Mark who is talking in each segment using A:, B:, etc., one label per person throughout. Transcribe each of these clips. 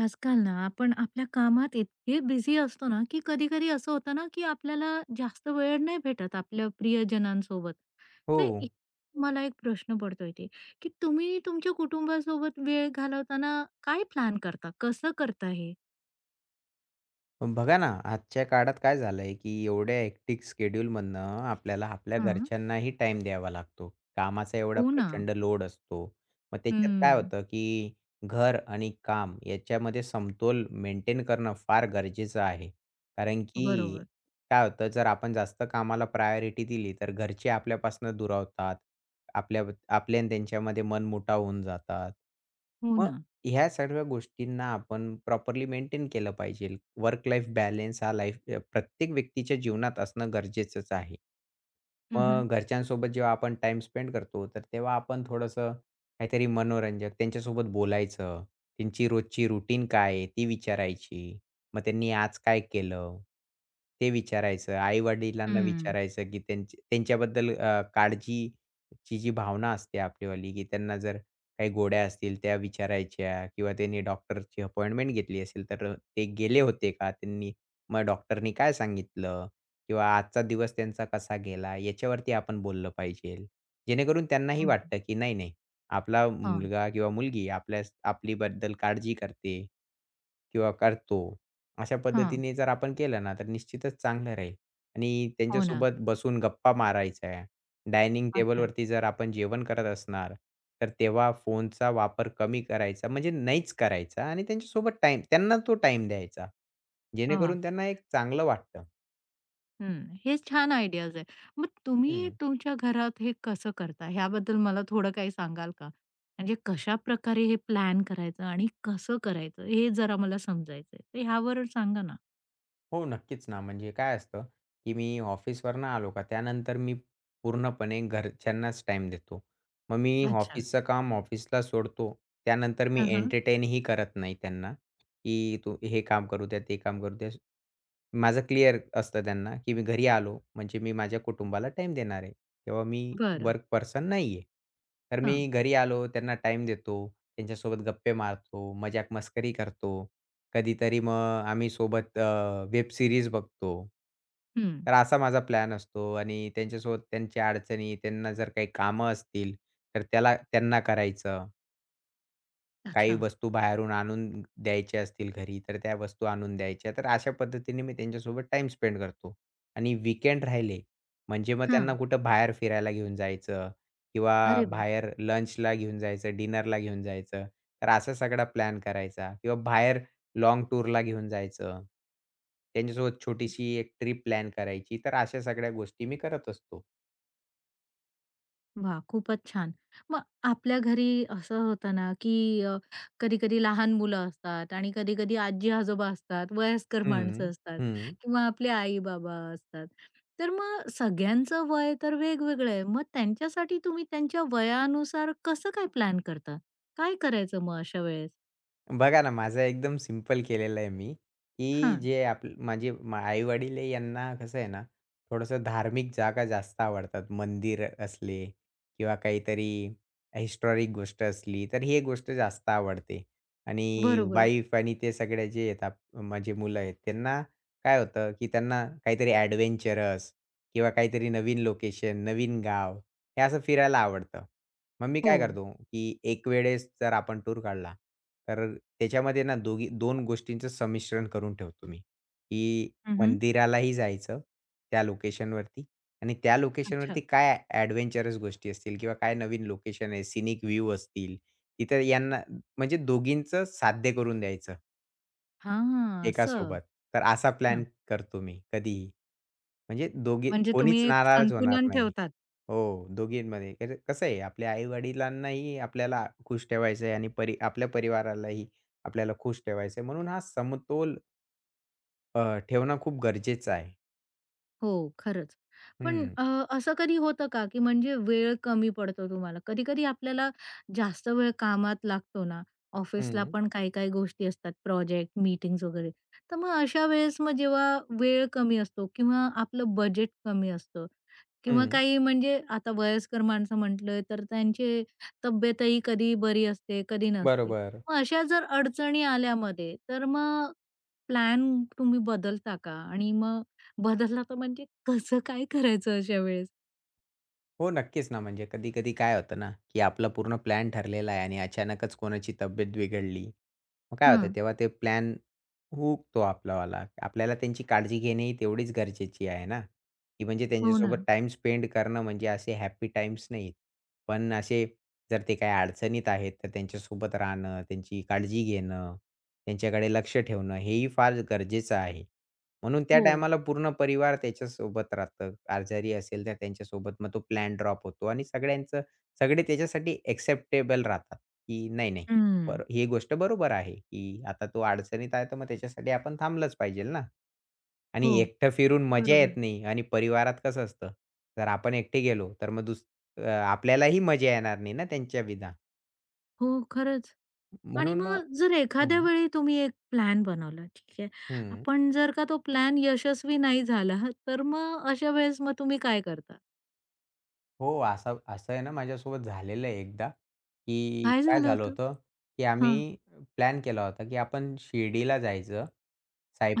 A: आजकाल ना आपण आपल्या कामात इतके बिझी असतो ना, की कधी-कधी असं होतं ना, की आपल्याला जास्त वेळ नाही भेटत आपल्या प्रियजनांसोबत.
B: हो.
A: तर इ मला एक प्रश्न पडतो इथे, की तुम्ही तुमच्या कुटुंबासोबत वेळ घालवताना काय प्लॅन करता? कसं करता हे?
B: बघा ना, आजच्या काळात काय झालंय, की एवढ्या हेक्टिक शेड्यूलमधनं आपल्याला आपल्या
A: हं.
B: घरच्यांनाही टाईम द्यावा लागतो. कामाचा एवढा
A: हो ना.
B: प्रचंड लोड असतो. मग त्याच्यात काय
A: हं.
B: होतं, की घर आणि काम याच्यामध्ये समतोल मेंटेन करणं फार गरजेचं आहे. कारण की
A: बरोबर.
B: काय होतं, जर आपण जास्त कामाला प्रायोरिटी दिली, तर घरचे आपल्यापासून दुरावतात. आपल्या आपले आणि त्यांच्यामध्ये मनमुटाव होऊन जातात.
A: हो
B: मग
A: ना.
B: ह्या सर्व गोष्टींना आपण प्रॉपरली मेंटेन केलं पाहिजे. वर्क लाईफ बॅलन्स हा लाईफ प्रत्येक व्यक्तीच्या जीवनात असणं गरजेचंच आहे.
A: हं, हं.
B: मग घरच्यांसोबत जेव्हा आपण टाइम स्पेंड करतो, तर तेव्हा आपण थोडंसं काहीतरी मनोरंजक त्यांच्यासोबत बोलायचं. त्यांची रोजची रूटीन काय आहे ती विचारायची. मग त्यांनी आज काय केलं? ते विचारायचं. आई-वडिलांना
A: हं.
B: विचारायचं, की त्यांची त्यांच्याबद्दल काळजीची जी भावना असते आपलीवाली, की त्यांना जर काही गोड्या असतील त्या विचारायच्या किंवा त्यांनी डॉक्टरची अपॉइंटमेंट घेतली असेल, तर ते गेले होते का? त्यांनी मग डॉक्टरनी काय सांगितलं? किंवा आजचा दिवस त्यांचा कसा गेला? याच्यावरती आपण बोललं पाहिजेल. जेणेकरून त्यांनाही
A: हं.
B: वाटतं, की नाही, नाही, आपला
A: हां,
B: मुलगा किंवा मुलगी आपल्याबद्दल काळजी करते किंवा करतो. अशा पद्धतीने जर आपण केलं ना, तर निश्चितच चांगलं राहील आणि
A: हो ना.
B: त्यांच्यासोबत बसून गप्पा मारायच्या. डायनिंग
A: अच्छा.
B: टेबलवरती जर आपण जेवण करत असणार, तर तेव्हा फोनचा वापर कमी करायचा, म्हणजे नाहीच करायचा आणि त्यांच्यासोबत टाइम, त्यांना तो टाईम द्यायचा. जेणेकरून त्यांना एक चांगलं वाटतं.
A: हं, हे छान आयडियाज आहे. मग तुम्ही
B: हं.
A: तुमच्या घरात हे कसं करता? ह्याबद्दल मला थोडं काही सांगाल का? म्हणजे कशाप्रकारे हे प्लॅन करायचं आणि कसं करायचं हे जरा मला समजायचंय. तर ह्यावर सांगा ना?
B: हो, नक्कीच ना. म्हणजे काय असतं, की मी ऑफिसवरनं आलो का त्यानंतर मी पूर्णपणे घरच्यांनाच टाईम देतो. मग मी
A: अच्छा.
B: ऑफिसचं काम ऑफिसला सोडतो. त्यानंतर मी
A: हां, हां.
B: एंटरटेनही करत नाही त्यांना, की तू हे काम करू द्या, ते काम करू द्या. माझं क्लिअर असतं त्यांना, की मी घरी आलो म्हणजे मी माझ्या कुटुंबाला टाईम देणार आहे. तेव्हा मी
A: बरं.
B: वर्क पर्सन नाही आहे. तर
A: हां.
B: मी घरी आलो त्यांना टाईम देतो. त्यांच्यासोबत गप्पे मारतो, मजाक-मस्करी करतो. कधीतरी मग आम्ही सोबत वेब सीरीज बघतो.
A: हं.
B: तर असा माझा प्लॅन असतो आणि त्यांच्यासोबत त्यांच्या अडचणी, त्यांना जर काही कामं असतील, तर त्याला त्यांना करायचं. काही
A: अच्छा.
B: वस्तू बाहेरून आणून द्यायच्या असतील घरी, तर त्या वस्तू आणून द्यायच्या. तर अशा पद्धतीने मी त्यांच्यासोबत टाईम स्पेंड करतो. आणि वीकेंड राहिले, म्हणजे मग त्यांना
A: हां.
B: कुठं बाहेर फिरायला घेऊन जायचं किंवा
A: अरे वाह!
B: बाहेर लंचला घेऊन जायचं, डिनरला घेऊन जायचं. तर असा सगळा प्लॅन करायचा किंवा बाहेर लाँग टूरला घेऊन जायचं. त्यांच्यासोबत छोटीशी एक ट्रिप प्लॅन करायची. तर अशा सगळ्या गोष्टी मी करत असतो.
A: वाह! खूपच छान. मग आपल्या घरी असं होतं ना, की कधी-कधी लहान मुलं असतात आणि कधी-कधी आजी-आजोबा असतात, वयस्कर
B: हं.
A: माणसं असतात
B: हं.
A: किंवा आपले आई-बाबा असतात. तर मग सगळ्यांचं वय तर वेगवेगळं आहे. मग त्यांच्यासाठी तुम्ही त्यांच्या वयानुसार कसं काय प्लॅन करता? काय करायचं मग अशा वेळेस?
B: बघा ना, माझं एकदम सिंपल केलेलं आहे मी, की
A: हां,
B: जे माझे आई-वडील आहे यांना कसं आहे ना, थोडंसं धार्मिक जागा जास्त आवडतात. मंदिर असले किंवा काहीतरी हिस्टॉरिक गोष्ट असली, तर ही गोष्ट जास्त आवडते. आणि
A: बरोबर.
B: वाईफ आणि ते सगळे जे आहेत माझे मुलं आहेत, त्यांना काय होतं, की त्यांना काहीतरी एडव्हेंचरस किंवा काहीतरी नवीन लोकेशन, नवीन गाव हे असं फिरायला आवडतं. मग मी
A: हो.
B: काय करतो, की एक वेळेस जर आपण टूर काढला, तर त्याच्यामध्ये ना दोघी 2 गोष्टींचं संमिश्रण करून ठेवतो मी, की
A: हं,
B: मंदिरालाही जायचं त्या लोकेशनवरती आणि त्या
A: अच्छा.
B: लोकेशनवरती काय एडव्हेंचरस गोष्टी असतील किंवा काय नवीन लोकेशन आहे, सीनिक व्ह्यू असतील. तिथं यांना म्हणजे दोघींचं साध्य करून द्यायचं
A: हां,
B: एका
A: असं.
B: सोबत. तर असा प्लॅन
A: हां.
B: करतो मी कधीही. म्हणजे दोघी
A: म्हणजे तुम्ही
B: कोणीच
A: एक
B: नाराज होणार
A: संतुलन
B: नाही.
A: ठेवतात.
B: हो, दोघींमध्ये. तर कसं आहे आपल्या आई-वडिलांनाही आपल्याला खुश ठेवायचं आहे आणि आपल्या परिवारालाही आपल्याला खुश ठेवायचं आहे. म्हणून हा समतोल ठेवणं खूप गरजेचं आहे.
A: हो, खरंच. पण
B: हं,
A: अ, असं कधी होतं का, की म्हणजे वेळ कमी पडतो तुम्हाला? कधी-कधी आपल्याला जास्त वेळ कामात लागतो ना, ऑफिसला
B: हं,
A: पण काही-काही गोष्टी असतात, प्रोजेक्ट, मीटिंग्स वगैरे. तर मग अशा वेळेस मग जेव्हा वेळ कमी असतो किंवा आपलं बजेट कमी असतं, किंवा
B: हं.
A: काही म्हणजे आता वयस्कर माणसं म्हटलं तर त्यांची तब्येतही कधी बरी असते, कधी नसते.
B: बरोबर.
A: मग अशा जर अडचणी आल्या मध्ये, तर मग प्लॅन तुम्ही बदलता का? आणि मग बदलला तर म्हणजे कसं काय करायचं अशा वेळेस?
B: हो, नक्कीच ना. म्हणजे कधी-कधी काय होतं ना, की आपला पूर्ण प्लॅन ठरलेला आहे आणि अचानकच कोणाची तब्येत बिघडली. मग काय होतं
A: हां.
B: तेव्हा ते प्लॅन हुकतो आपलावाला. आपल्याला त्यांची काळजी घेणे ही तेवढीच गरजेची आहे ना, की म्हणजे
A: हो ना.
B: त्यांच्यासोबत टाईम स्पेंड करणं म्हणजे असे हॅपी टाईम्स नाहीत. पण असे जर ते काही अडचणीत आहेत, तर त्यांच्यासोबत राहणं, त्यांची काळजी घेणं, त्यांच्याकडे लक्ष ठेवणं हेही फार गरजेचं आहे. म्हणून त्या
A: हो.
B: टायमाला पूर्ण परिवार त्याच्यासोबत राहतं. आजारी असेल तर त्यांच्यासोबत मग तो प्लॅन ड्रॉप होतो आणि सगळे त्याच्यासाठी एक्सेप्टेबल राहतात, की नाही, नाही.
A: हं.
B: बरं ही गोष्ट बरोबर आहे, की आता तो अडचणीत आहे तर मग त्याच्यासाठी आपण थांबलंच पाहिजेल ना.
A: हो,
B: आणि एकटं फिरून मजा येत
A: बरोबर.
B: नाही आणि परिवारात कसं असतं, जर आपण एकटे गेलो तर मग आपल्यालाही मजा येणार नाही ना त्यांच्याविना.
A: हो, खरंच. आणि
B: म्हणून मग
A: मग जर
B: हं,
A: एखाद्या वेळी तुम्ही एक प्लॅन बनवला, ठीक आहे.
B: हं.
A: आपण जर का तो प्लॅन यशस्वी नाही झाला, तर मग अशा वेळेस मग तुम्ही काय करता?
B: हो, असं असं आहे ना माझ्यासोबत झालेलं आहे एकदा, की
A: काय
B: काय
A: झालं
B: झालं होतं, की
A: हां.
B: आम्ही प्लॅन केला होता, की आपण शिर्डीला जायचं,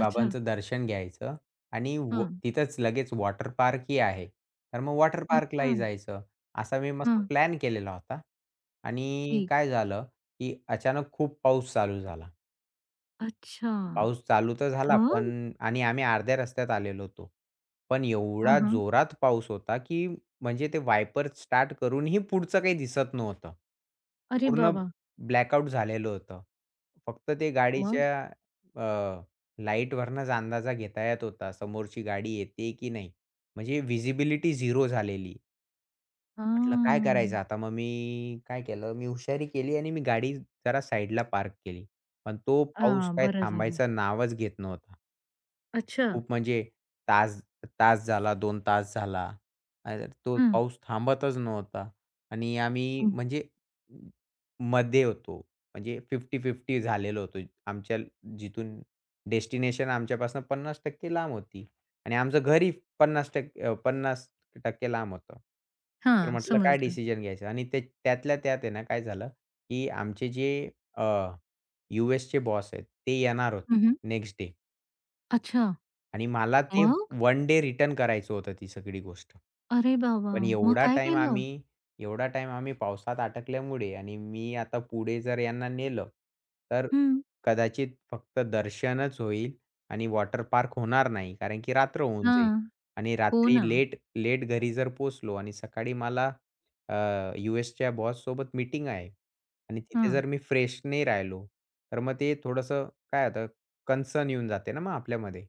A: अच्छा.
B: दर्शन घ्यायचं आणि
A: हं.
B: तिथंच लगेच वॉटर पार्क ही आहे. तर मग वॉटर
A: अच्छा.
B: पार्कलाही जायचं, असा मी मस्त
A: हां.
B: प्लॅन केलेला होता आणि
A: ठीक.
B: काय झालं, की अचानक खूप पाऊस चालू झाला.
A: अच्छा.
B: पाऊस चालू तर झाला,
A: मग?
B: आणि आम्ही अर्ध्या रस्त्यात आलेलो होतो. पण
A: हां,
B: एवढा
A: हां.
B: जोरात पाऊस होता, की म्हणजे ते वायपर स्टार्ट करूनही पुढचं काही दिसत नव्हतं.
A: अरे
B: पूर्ण
A: बाबा!
B: ब्लॅकआउट झालेलं होतं. फक्त ते
A: मग?
B: गाडीच्या अ, लाईटवरनंच अंदाजा घेता येत होता, समोरची गाडी येते की नाही. म्हणजे व्हिजिबिलिटी झिरो झालेली. म्हटलं काय करायचं
A: हां.
B: आता? मग मी काय केलं, मी हुशारी केली आणि मी गाडी जरा साईडला पार्क केली. पण तो पाऊस
A: हां,
B: काही
A: बरं झालं.
B: थांबायचं नावच घेत नव्हता.
A: अच्छा.
B: खूप म्हणजे तास तास झाला, 2 तास झाला. आणि तो
A: हं.
B: पाऊस थांबतच नव्हता आणि आम्ही
A: हं.
B: म्हणजे मध्ये होतो. म्हणजे 50-50 झालेलो होतो. आमच्या जिथून डेस्टिनेशन आमच्यापासून 50% लांब होती आणि आमचं घरही 50% लांब होतं. तर
A: हां,
B: म्हटलं काय
A: समजलं.
B: डिसिजन घ्यायचं आणि ते त्यातल्या त्यात आहे ना काय झालं, की आमचे जे अ, यूएसचे बॉस आहेत ते येणार होते
A: हं, हं.
B: Next day.
A: अच्छा.
B: आणि मला ते
A: मग?
B: वन डे रिटर्न करायचं होतं ती सगळी गोष्ट.
A: अरे बाबा!
B: पण
A: मग
B: एवढा
A: काय
B: टाईम
A: केलं?
B: आम्ही एवढा टाईम आम्ही पावसात अटकल्यामुळे आणि मी आता पुढे जर यांना नेलं, तर
A: हं.
B: कदाचित फक्त दर्शनच होईल आणि वॉटर पार्क होणार नाही. कारण की रात्र होऊन
A: हां.
B: जाईल आणि
A: हो
B: रात्री
A: ना.
B: लेट लेट घरी जर पोहोचलो आणि सकाळी मला यूएसच्या बॉससोबत मीटिंग आहे आणि तिथे
A: हं.
B: जर मी फ्रेश नाही राहिलो, तर मग ते थोडंसं काय होतं कन्सर्न येऊन जाते ना मग आपल्यामध्ये.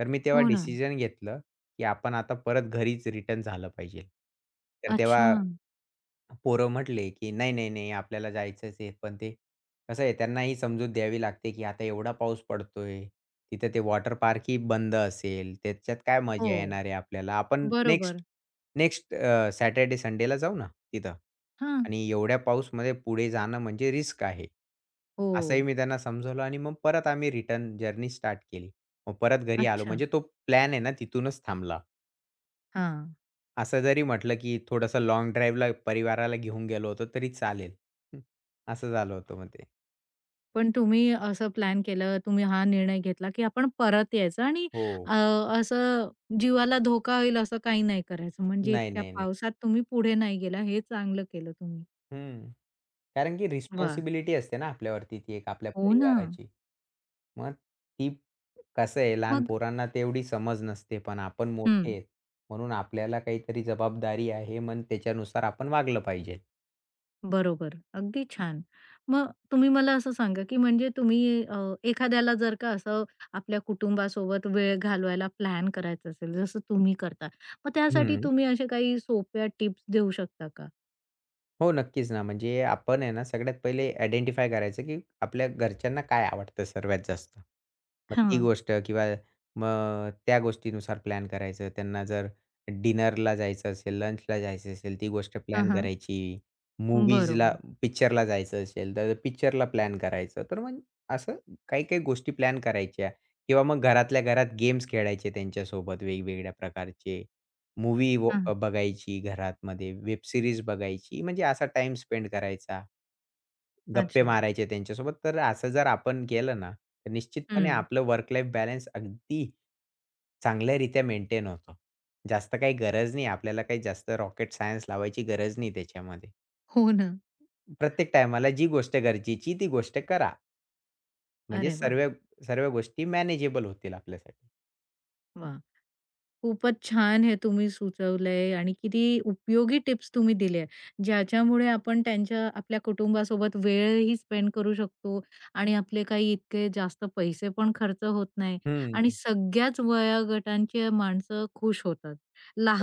B: तर मी तेव्हा
A: हो ना.
B: डिसिजन घेतलं, की आपण आता परत घरीच रिटर्न झालं पाहिजे. तर तेव्हा
A: अच्छा.
B: पोरं म्हटले, की "नाही, नाही, नाही आपल्याला जायचंच आहे." पण ते कसं आहे त्यांनाही समजूत द्यावी लागते, की आता एवढा पाऊस पडतोय. तिथं ते वॉटर पार्कही बंद असेल. त्याच्यात काय
A: हो.
B: मजा येणार आहे आपल्याला. आपण नेक्स्ट
A: बरोबर.
B: नेक्स्ट अ, सॅटर्डे संडेला जाऊ ना तिथं
A: हां.
B: आणि एवढ्या पाऊसमध्ये पुढे जाणं म्हणजे रिस्क आहे.
A: हो.
B: असंही मी त्यांना समजवलं आणि मग परत आम्ही रिटर्न जर्नी स्टार्ट केली. मग परत घरी आलो
A: अच्छा.
B: म्हणजे तो प्लॅन आहे ना तिथूनच थांबला.
A: हां.
B: असं जरी म्हटलं, की थोडंसं लाँग ड्राईव्हला परिवाराला घेऊन गेलो होतो तरी चालेल. हं, असं झालं होतं मग ते.
A: पण तुम्ही असं प्लॅन केलं, तुम्ही हा निर्णय घेतला, की आपण परत यायचं आणि
B: हो.
A: अ, असं जीवाला धोका होईल असं काही नाही करायचं. म्हणजे
B: नाही,
A: इतक्या
B: नाही, नाही.
A: पावसात तुम्ही पुढे नाही गेला, हे चांगलं केलं तुम्ही.
B: हं. कारण की
A: वाह!
B: रिस्पॉन्सिबिलिटी असते ना आपल्यावरती ती एक आपल्या
A: हो ना.
B: परिवाराची. मग ती कसं आहे लहान
A: मग
B: पोरांना तेवढी समज नसते, पण आपण मोठे
A: हं.
B: आहेत म्हणून आपल्याला काहीतरी जबाबदारी आहे, मग त्याच्यानुसार आपण वागलं पाहिजे.
A: बरोबर. अगदी छान. मग तुम्ही मला असं सांगा, की म्हणजे तुम्ही एखाद्याला जर का असं आपल्या कुटुंबासोबत वेळ घालवायला प्लॅन करायचं असेल, जसं तुम्ही करता, मग त्यासाठी
B: हं.
A: तुम्ही अशा काही सोप्या टिप्स देऊ शकता का?
B: हो, नक्कीच ना. म्हणजे आपण आहे ना, सगळ्यात पहिले आयडेंटिफाय करायचं, की आपल्या घरच्यांना काय आवडतं सर्वात जास्त. मग ती
A: हां.
B: गोष्ट किंवा मग त्या गोष्टीनुसार प्लॅन करायचं. त्यांना जर डिनरला जायचं असेल, लंचला जायचं असेल, ती गोष्ट
A: हां,
B: प्लॅन
A: हां.
B: करायची. मूव्हीजला
A: बरोबर.
B: पिक्चरला जायचं असेल, तर पिक्चरला प्लॅन करायचं. तर मग असं काही-काही गोष्टी प्लॅन करायच्या किंवा मग घरातल्या घरात गेम्स खेळायचे त्यांच्यासोबत वेगवेगळ्या प्रकारचे. मूव्ही व
A: हां.
B: घरात घरातमध्ये, वेब सीरीज बघायची, म्हणजे असा टाइम स्पेंड करायचा. गप्पे
A: अच्छा.
B: मारायचे त्यांच्यासोबत. तर असं जर आपण केलं ना, तर निश्चितपणे
A: हं.
B: आपलं वर्क लाईफ बॅलन्स अगदी चांगल्यारीत्या मेंटेन होतो, जास्त काही गरज नाही. आपल्याला काही जास्त रॉकेट सायन्स लावायची गरज नाही त्याच्यामध्ये.
A: हो ना.
B: प्रत्येक टायमाला जी गोष्ट गरजेची ती गोष्ट करा. म्हणजे
A: अरे वाह!
B: सर्व सर्व गोष्टी मॅनेजेबल होतील आपल्यासाठी.
A: वाह! खूपच छान हे तुम्ही सुचवलंय आणि किती उपयोगी टिप्स तुम्ही दिल्या, ज्याच्यामुळे आपण त्यांच्या आपल्या कुटुंबासोबत वेळही स्पेंड करू शकतो आणि आपले काही इतके जास्त पैसे पण खर्च होत नाही आणि
B: हं.
A: सगळ्याच वयोगटांची माणसं खुश होतात.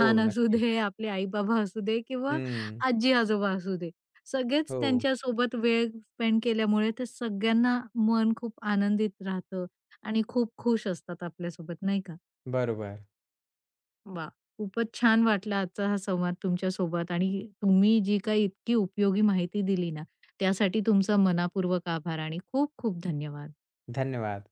B: हो,
A: असू
B: नक्कीच.
A: दे, आपले आई-बाबा असू दे किंवा
B: हं.
A: आजी-आजोबा असू दे. सगळेच
B: हो,
A: त्यांच्यासोबत वेळ स्पेंड केल्यामुळे ते सगळ्यांना मन खूप आनंदित राहतं आणि खूप खुश असतात आपल्यासोबत, नाही का?
B: बरोबर.
A: वाह! खूपच छान वाटला आजचा हा संवाद तुमच्यासोबत आणि तुम्ही जी काही इतकी उपयोगी माहिती दिली ना, त्यासाठी तुमचा मनापूर्वक आभार आणि खूप खूप धन्यवाद.
B: धन्यवाद.